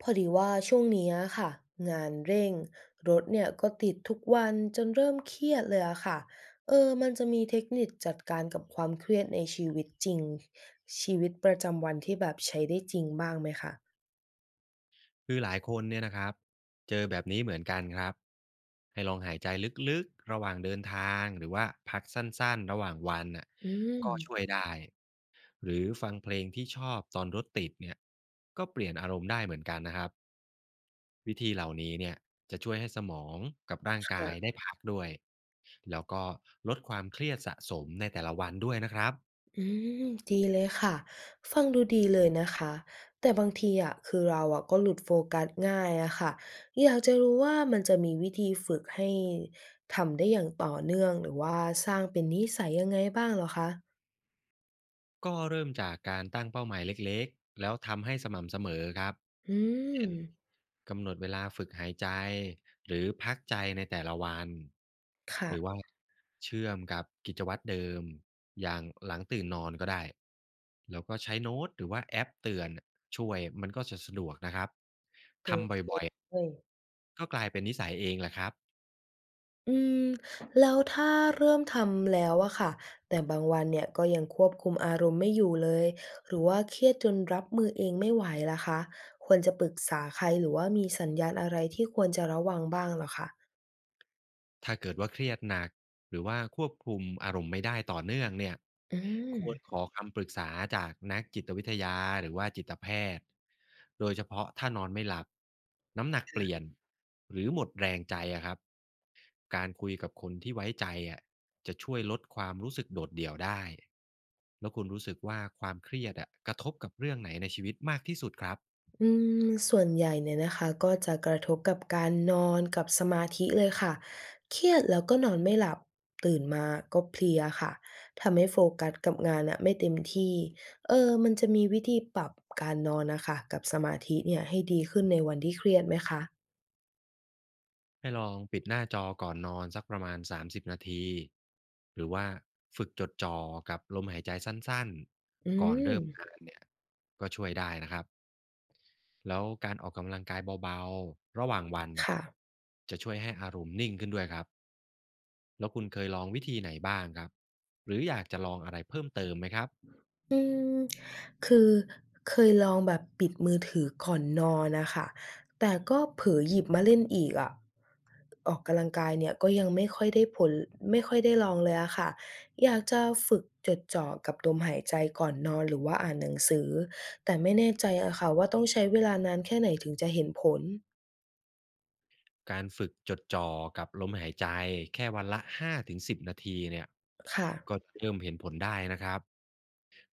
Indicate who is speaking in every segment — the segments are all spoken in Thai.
Speaker 1: พอดีว่าช่วงเนี้ยค่ะงานเร่งรถเนี่ยก็ติดทุกวันจนเริ่มเครียดเลยอะค่ะมันจะมีเทคนิคจัดการกับความเครียดในชีวิตจริงชีวิตประจำวันที่แบบใช้ได้จริงบ้างไหมคะ
Speaker 2: คือหลายคนเนี่ยนะครับเจอแบบนี้เหมือนกันครับให้ลองหายใจลึกๆระหว่างเดินทางหรือว่าพักสั้นๆระหว่างวันน่ะ
Speaker 1: อืม
Speaker 2: ก็ช่วยได้หรือฟังเพลงที่ชอบตอนรถติดเนี่ยก็เปลี่ยนอารมณ์ได้เหมือนกันนะครับวิธีเหล่านี้เนี่ยจะช่วยให้สมองกับร่างกาย
Speaker 1: ค่ะ
Speaker 2: ได้พักด้วยแล้วก็ลดความเครียดสะสมในแต่ละวันด้วยนะครับ
Speaker 1: อืมดีเลยค่ะฟังดูดีเลยนะคะแต่บางทีอะคือเราอะก็หลุดโฟกัสง่ายอะค่ะอยากจะรู้ว่ามันจะมีวิธีฝึกให้ทำได้อย่างต่อเนื่องหรือว่าสร้างเป็นนิสัยยังไงบ้างเหรอคะ
Speaker 2: ก็เริ่มจากการตั้งเป้าหมายเล็กๆแล้วทำให้สม่ำเสมอครับ
Speaker 1: อืม
Speaker 2: กำหนดเวลาฝึกหายใจหรือพักใจในแต่ละวันหรือ
Speaker 1: ค่ะ
Speaker 2: ว่าเชื่อมกับกิจวัตรเดิมอย่างหลังตื่นนอนก็ได้แล้วก็ใช้โน้ตหรือว่าแอปเตือนช่วยมันก็จะสะดวกนะครับ
Speaker 1: ดู
Speaker 2: ทำบ่อย
Speaker 1: เลย
Speaker 2: ๆก็กลายเป็นนิสัยเองแหละครับ
Speaker 1: อืมแล้วถ้าเริ่มทำแล้วอะค่ะแต่บางวันเนี่ยก็ยังควบคุมอารมณ์ไม่อยู่เลยหรือว่าเครียดจนรับมือเองไม่ไหวล่ะคะควรจะปรึกษาใครหรือว่ามีสัญญาณอะไรที่ควรจะระวังบ้างเหรอคะ
Speaker 2: ถ้าเกิดว่าเครียดหนักหรือว่าควบคุมอารมณ์ไม่ได้ต่อเนื่องเนี่ย
Speaker 1: อื
Speaker 2: ควรข
Speaker 1: ม
Speaker 2: อคำปรึกษาจากนักจิตวิทยาหรือว่าจิตแพทย์โดยเฉพาะถ้านอนไม่หลับน้ำหนักเปลี่ยนหรือหมดแรงใจอะครับการคุยกับคนที่ไว้ใจอะจะช่วยลดความรู้สึกโดดเดี่ยวได้แล้วคุณรู้สึกว่าความเครียดอะกระทบกับเรื่องไหนในชีวิตมากที่สุดครับ
Speaker 1: อืมส่วนใหญ่เนี่ยนะคะก็จะกระทบกับการนอนกับสมาธิเลยค่ะ เครียดแล้วก็นอนไม่หลับตื่นมาก็เพลียค่ะ ทำให้โฟกัสกับงานอะไม่เต็มที่ มันจะมีวิธีปรับการนอนนะคะกับสมาธิเนี่ยให้ดีขึ้นในวันที่เครียดไหมคะ
Speaker 2: ให้ลองปิดหน้าจอก่อนนอนสักประมาณ30นาทีหรือว่าฝึกจดจ่อกับลมหายใจสั้น
Speaker 1: อื
Speaker 2: ๆก่อน
Speaker 1: ม
Speaker 2: เริ่มงานเนี่ยก็ช่วยได้นะครับแล้วการออกกำลังกายเบาๆระหว่างวันน่ะ
Speaker 1: ค่ะ
Speaker 2: จะช่วยให้อารมณ์นิ่งขึ้นด้วยครับแล้วคุณเคยลองวิธีไหนบ้างครับหรืออยากจะลองอะไรเพิ่มเติมไหมครับ
Speaker 1: อืมคือเคยลองแบบปิดมือถือก่อนนอนนะค่ะแต่ก็เผลอหยิบมาเล่นอีกอะออกกำลังกายเนี่ยก็ยังไม่ค่อยได้ผลไม่ค่อยได้ลองเลยอะค่ะอยากจะฝึกจดจ่อกับลมหายใจก่อนนอนหรือว่าอ่านหนังสือแต่ไม่แน่ใจอะค่ะว่าต้องใช้เวลานานแค่ไหนถึงจะเห็นผล
Speaker 2: การฝึกจดจ่อกับลมหายใจแค่วันละ5-10นาทีเนี่ย
Speaker 1: ค่ะ
Speaker 2: ก็จะเริ่มเห็นผลได้นะครับ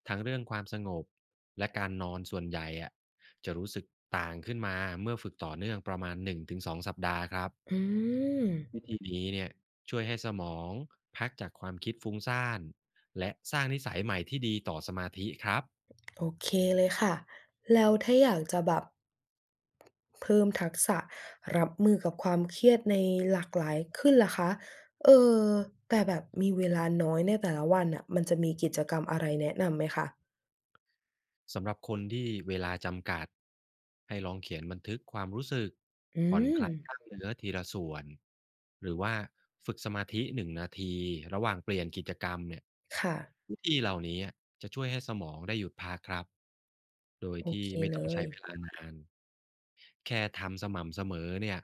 Speaker 2: ทั้งเรื่องความสงบและการนอนส่วนใหญ่อะจะรู้สึกต่างขึ้นมาเมื่อฝึกต่อเนื่องประมาณ1-2สองสัปดาห์ครับ
Speaker 1: อืม
Speaker 2: วิธีนี้เนี่ยช่วยให้สมองพักจากความคิดฟุ้งซ่านและสร้างนิสัยใหม่ที่ดีต่อสมาธิครับ
Speaker 1: โอเคเลยค่ะแล้วถ้าอยากจะแบบ เพิ่มทักษะรับมือกับความเครียดในหลากหลายขึ้นล่ะคะเออแต่แบบมีเวลาน้อยในแต่ละวันน่ะมันจะมีกิจกรรมอะไรแนะนำไหมคะ
Speaker 2: สำหรับคนที่เวลาจำกัดให้ลองเขียนบันทึกความรู้สึก
Speaker 1: อื
Speaker 2: ผ่อนค
Speaker 1: ม
Speaker 2: ลายกล้ามเนื้อทีละส่วนหรือว่าฝึกสมาธิหนึ่งนาทีระหว่างเปลี่ยนกิจกรรมเนี่ย
Speaker 1: ค่ะ
Speaker 2: วิธีเหล่านี้จะช่วยให้สมองได้หยุดพักครับโดย
Speaker 1: โอ
Speaker 2: ที่
Speaker 1: เค
Speaker 2: ไม่
Speaker 1: เล
Speaker 2: ต้อง
Speaker 1: ย
Speaker 2: ใช้เวลานานแค่ทำสม่ำเสมอเนี่ย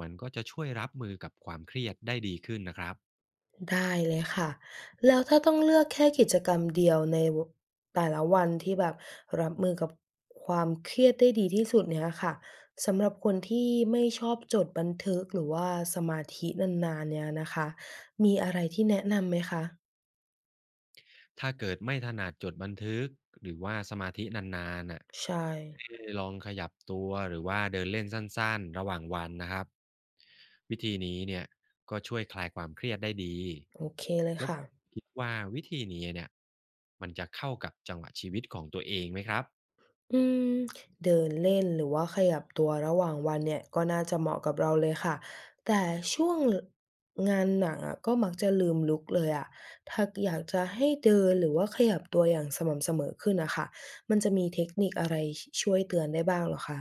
Speaker 2: มันก็จะช่วยรับมือกับความเครียดได้ดีขึ้นนะครับ
Speaker 1: ได้เลยค่ะ แล้วถ้าต้องเลือกแค่กิจกรรมเดียวในวแต่ละวันที่แบบรับมือกับความเครียดได้ดีที่สุดเนี่ยค่ะ สำหรับคนที่ไม่ชอบจดบันทึกหรือว่าสมาธินานๆเนี่ยนะคะมีอะไรที่แนะนำไหมคะ
Speaker 2: ถ้าเกิดไม่ถนัดจดบันทึกหรือว่าสมาธินานๆน่ะ
Speaker 1: ใช่
Speaker 2: ให้ลองขยับตัวหรือว่าเดินเล่นสั้นๆระหว่างวันนะครับวิธีนี้เนี่ยก็ช่วยคลายความเครียดได้ดี
Speaker 1: โอเคเลย
Speaker 2: แล้ว
Speaker 1: ค่ะ
Speaker 2: คิดว่าวิธีนี้เนี่ยมันจะเข้ากับจังหวะชีวิตของตัวเองไหมครับ
Speaker 1: อืมเดินเล่นหรือว่าขยับตัวระหว่างวันเนี่ยก็น่าจะเหมาะกับเราเลยค่ะแต่ช่วงงานหนักอะก็มักจะลืมลุกเลยอะถ้าอยากจะให้เดินหรือว่าขยับตัวอย่างสม่ำเสมอขึ้นนะคะมันจะมีเทคนิคอะไรช่วยเตือนได้บ้างเหรอคะ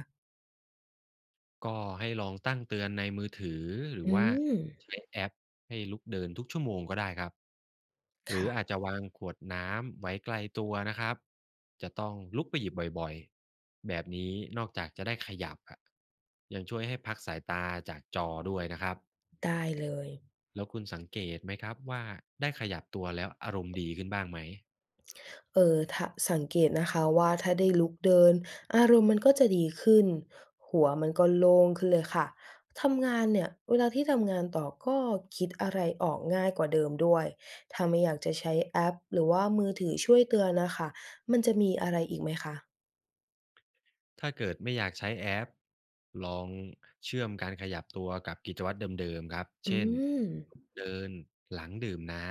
Speaker 2: ก็ให้ลองตั้งเตือนในมือถือหรือ
Speaker 1: อื
Speaker 2: ว่า
Speaker 1: ม
Speaker 2: ใช้แอปให้ลุกเดินทุกชั่วโมงก็ได้ครับหรือ
Speaker 1: ค่ะ
Speaker 2: อาจจะวางขวดน้ำไว้ไกลตัวนะครับจะต้องลุกไปหยิบบ่อยๆแบบนี้นอกจากจะได้ขยับอะยังช่วยให้พักสายตาจากจอด้วยนะครับ
Speaker 1: ได้เลย
Speaker 2: แล้วคุณสังเกตไหมครับว่าได้ขยับตัวแล้วอารมณ์ดีขึ้นบ้างไหม
Speaker 1: ถาสังเกตนะคะว่าถ้าได้ลุกเดินอารมณ์มันก็จะดีขึ้นหัวมันก็โล่งขึ้นเลยค่ะทำงานเนี่ยเวลาที่ทำงานต่อก็คิดอะไรออกง่ายกว่าเดิมด้วยถ้าไม่อยากจะใช้แอปหรือว่ามือถือช่วยเตือนน่ะค่ะมันจะมีอะไรอีกไหมคะ
Speaker 2: ถ้าเกิดไม่อยากใช้แอปลองเชื่อมการขยับตัวกับกิจวัตรเดิมๆครับ
Speaker 1: อื
Speaker 2: เช่น
Speaker 1: ม
Speaker 2: เดินหลังดื่มน้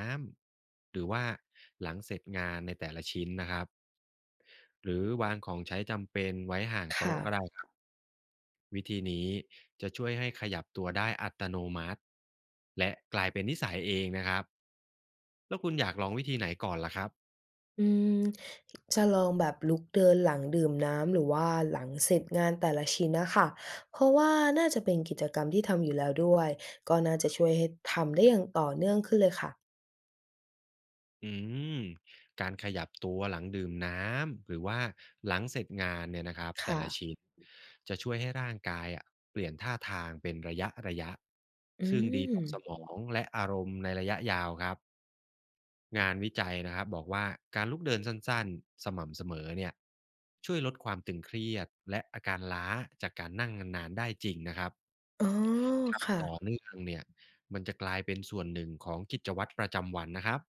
Speaker 2: ำหรือว่าหลังเสร็จงานในแต่ละชิ้นนะครับหรือวางของใช้จำเป็นไว้ห่าง
Speaker 1: ค่ะ
Speaker 2: โต๊ะก็ได้ครับวิธีนี้จะช่วยให้ขยับตัวได้อัตโนมัติและกลายเป็นนิสัยเองนะครับแล้วคุณอยากลองวิธีไหนก่อนล่ะครับ
Speaker 1: อืมจะลองแบบลุกเดินหลังดื่มน้ำหรือว่าหลังเสร็จงานแต่ละชิ้นนะคะเพราะว่าน่าจะเป็นกิจกรรมที่ทำอยู่แล้วด้วยก็น่าจะช่วยให้ทำได้อย่างต่อเนื่องขึ้นเลยค่ะ
Speaker 2: อืมการขยับตัวหลังดื่มน้ำหรือว่าหลังเสร็จงานเนี่ยนะครับแต่
Speaker 1: ค่ะ
Speaker 2: ละชิ้นจะช่วยให้ร่างกายอะเปลี่ยนท่าทางเป็นระยะระยะ
Speaker 1: อื
Speaker 2: ซึ่งดี
Speaker 1: ม
Speaker 2: ต่อสมองและอารมณ์ในระยะยาวครับงานวิจัยนะครับบอกว่าการลุกเดินสั้นๆสม่ำเสมอเนี่ยช่วยลดความตึงเครียดและอาการล้าจากการนั่งนานๆได้จริงนะครับ
Speaker 1: อ๋อค่ะ
Speaker 2: ทำต่อเนื่องเนี่ยมันจะกลายเป็นส่วนหนึ่งของกิจวัตรประจำวันนะครับ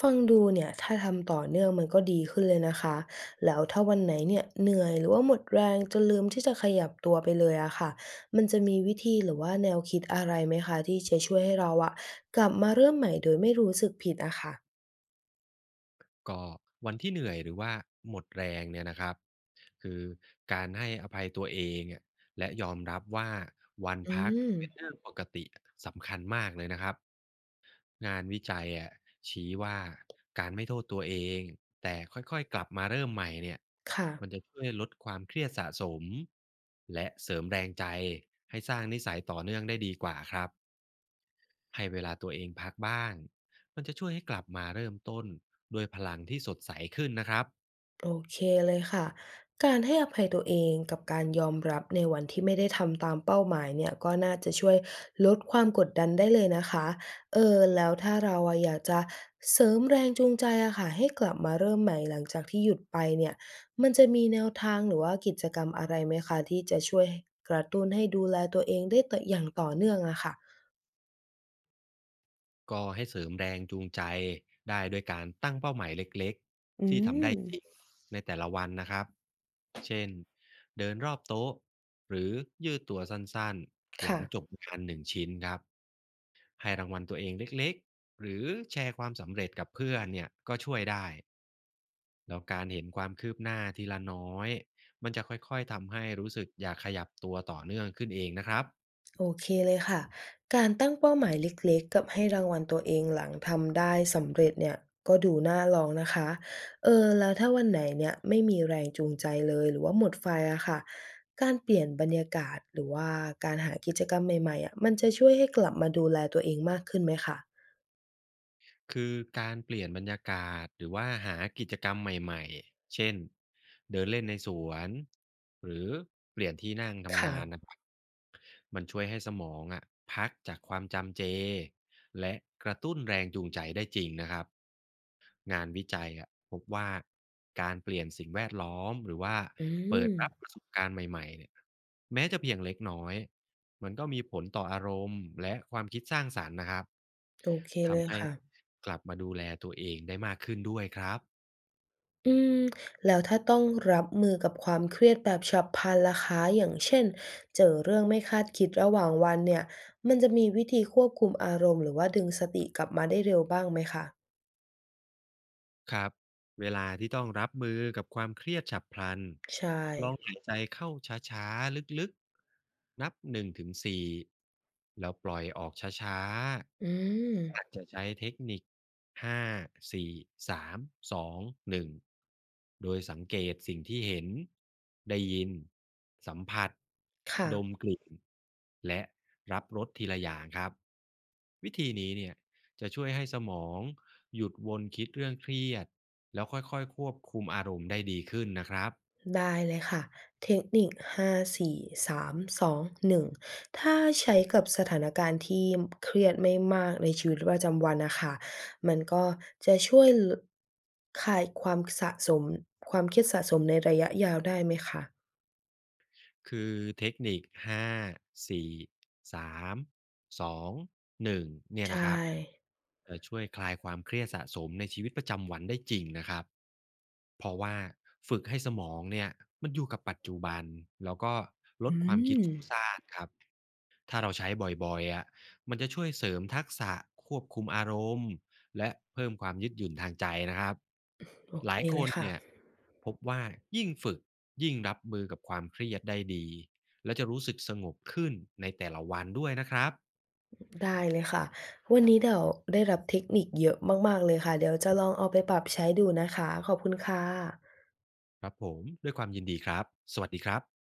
Speaker 1: ฟังดูเนี่ยถ้าทำต่อเนื่องมันก็ดีขึ้นเลยนะคะแล้วถ้าวันไหนเนี่ยเหนื่อยหรือว่าหมดแรงจนลืมที่จะขยับตัวไปเลยอะค่ะมันจะมีวิธีหรือว่าแนวคิดอะไรไหมคะที่จะช่วยให้เราอะกลับมาเริ่มใหม่โดยไม่รู้สึกผิดอะค่ะ
Speaker 2: ก็วันที่เหนื่อยหรือว่าหมดแรงเนี่ยนะครับคือการให้อภัยตัวเองอะและยอมรับว่าวัน
Speaker 1: อื
Speaker 2: พักเป็น
Speaker 1: ม
Speaker 2: เรื่องปกติสำคัญมากเลยนะครับงานวิจัยอะชี้ว่าการไม่โทษตัวเองแต่ค่อยๆกลับมาเริ่มใหม่เนี่ย
Speaker 1: ค่ะ
Speaker 2: มันจะช่วยลดความเครียดสะสมและเสริมแรงใจให้สร้างนิสัยต่อเนื่องได้ดีกว่าครับ ให้เวลาตัวเองพักบ้าง มันจะช่วยให้กลับมาเริ่มต้นด้วยพลังที่สดใสขึ้นนะครับ
Speaker 1: โอเคเลยค่ะ การให้อภัยตัวเองกับการยอมรับในวันที่ไม่ได้ทำตามเป้าหมายเนี่ยก็น่าจะช่วยลดความกดดันได้เลยนะคะแล้วถ้าเราอะอยากจะเสริมแรงจูงใจอะค่ะให้กลับมาเริ่มใหม่หลังจากที่หยุดไปเนี่ย มันจะมีแนวทางหรือว่ากิจกรรมอะไรไหมคะที่จะช่วยกระตุ้นให้ดูแลตัวเองได้ต่ออย่างต่อเนื่องอะค่ะ
Speaker 2: ก็ให้เสริมแรงจูงใจได้ด้วยการตั้งเป้าหมายเล็ก
Speaker 1: อื
Speaker 2: ๆที่
Speaker 1: ม
Speaker 2: ทำได้จริงในแต่ละวันนะครับเช่นเดินรอบโต๊ะหรือยืดตัวสั้นๆหลั
Speaker 1: ค่ะ
Speaker 2: งจบงานหนึ่งชิ้นครับให้รางวัลตัวเองเล็กๆหรือแชร์ความสำเร็จกับเพื่อนเนี่ยก็ช่วยได้ แล้วการเห็นความคืบหน้าทีละน้อยมันจะค่อยๆทำให้รู้สึกอยากขยับตัวต่อเนื่องขึ้นเองนะครับ
Speaker 1: โอเคเลยค่ะ การตั้งเป้าหมายเล็กๆกับให้รางวัลตัวเองหลังทำได้สำเร็จเนี่ยก็ดูน่าลองนะคะ แล้วถ้าวันไหนเนี่ยไม่มีแรงจูงใจเลยหรือว่าหมดไฟอะค่ะการเปลี่ยนบรรยากาศหรือว่าการหากิจกรรมใหม่ๆอะมันจะช่วยให้กลับมาดูแลตัวเองมากขึ้นไหมคะ
Speaker 2: คือการเปลี่ยนบรรยากาศหรือว่าหากิจกรรมใหม่ๆเช่นเดินเล่นในสวนหรือเปลี่ยนที่นั่งทำงาน
Speaker 1: ค่ะ
Speaker 2: นะครับมันช่วยให้สมองพักจากความจำเจและกระตุ้นแรงจูงใจได้จริงนะครับ งานวิจัยพบว่าการเปลี่ยนสิ่งแวดล้อมหรือว่า
Speaker 1: อื
Speaker 2: เปิด
Speaker 1: ม
Speaker 2: รับประสบการณ์ใหม่ๆเนี่ยแม้จะเพียงเล็กน้อยมันก็มีผลต่ออารมณ์และความคิดสร้างสรรค์นะครับ
Speaker 1: โอเคเลย
Speaker 2: ทำให้
Speaker 1: ค่ะ
Speaker 2: กลับมาดูแลตัวเองได้มากขึ้นด้วยครับ
Speaker 1: อืมแล้วถ้าต้องรับมือกับความเครียดแบบฉับพลันล่ะคะอย่างเช่นเจอเรื่องไม่คาดคิดระหว่างวันเนี่ยมันจะมีวิธีควบคุมอารมณ์หรือว่าดึงสติกลับมาได้เร็วบ้างไหมคะ
Speaker 2: ครับเวลาที่ต้องรับมือกับความเครียดฉับพลัน
Speaker 1: ใช่
Speaker 2: ลองหายใจเข้าช้าๆลึกๆนับหนึ่งถึงสี่แล้วปล่อยออกช้า
Speaker 1: อืม
Speaker 2: ๆอาจจะใช้เทคนิคห้าสี่สามสองหนึ่งโดยสังเกตสิ่งที่เห็นได้ยินสัมผัส
Speaker 1: ค่ะ
Speaker 2: ดมกลิ่นและรับรสทีละอย่างครับวิธีนี้เนี่ย จะช่วยให้สมองหยุดวนคิดเรื่องเครียดแล้วค่อยๆควบคุมอารมณ์ได้ดีขึ้นนะครับ
Speaker 1: ได้เลยค่ะเทคนิค5 4 3 2 1ถ้าใช้กับสถานการณ์ที่เครียดไม่มากในชีวิตประจำวันนะคะมันก็จะช่วยคลายความสะสมความเครียดสะสมในระยะยาวได้ไหมคะ
Speaker 2: คือเทคนิค5 4 3 2 1เนี่ยนะครั
Speaker 1: ใช่
Speaker 2: บจะช่วยคลายความเครียดสะสมในชีวิตประจำวันได้จริงนะครับเพราะว่าฝึกให้สมองเนี่ยมันอยู่กับปัจจุบันแล้วก็
Speaker 1: อืม
Speaker 2: สร้างครับ ถ้าเราใช้บ่อยๆมันจะช่วยเสริมทักษะควบคุมอารมณ์และเพิ่มความยืดหยุ่นทางใจนะครับ
Speaker 1: โอ
Speaker 2: ห
Speaker 1: เค
Speaker 2: ลายค
Speaker 1: เลย
Speaker 2: น
Speaker 1: ค่ะ
Speaker 2: เนี่ยพบว่ายิ่งฝึกยิ่งรับมือกับความเครียดได้ดีและจะรู้สึกสงบขึ้นในแต่ละวันด้วยนะครับ
Speaker 1: ได้เลยค่ะวันนี้เดี๋ยวได้รับเทคนิคเยอะมากๆเลยค่ะเดี๋ยวจะลองเอาไปปรับใช้ดูนะคะขอบคุณค่ะ
Speaker 2: ครับผมด้วยความยินดีครับ สวัสดีครับ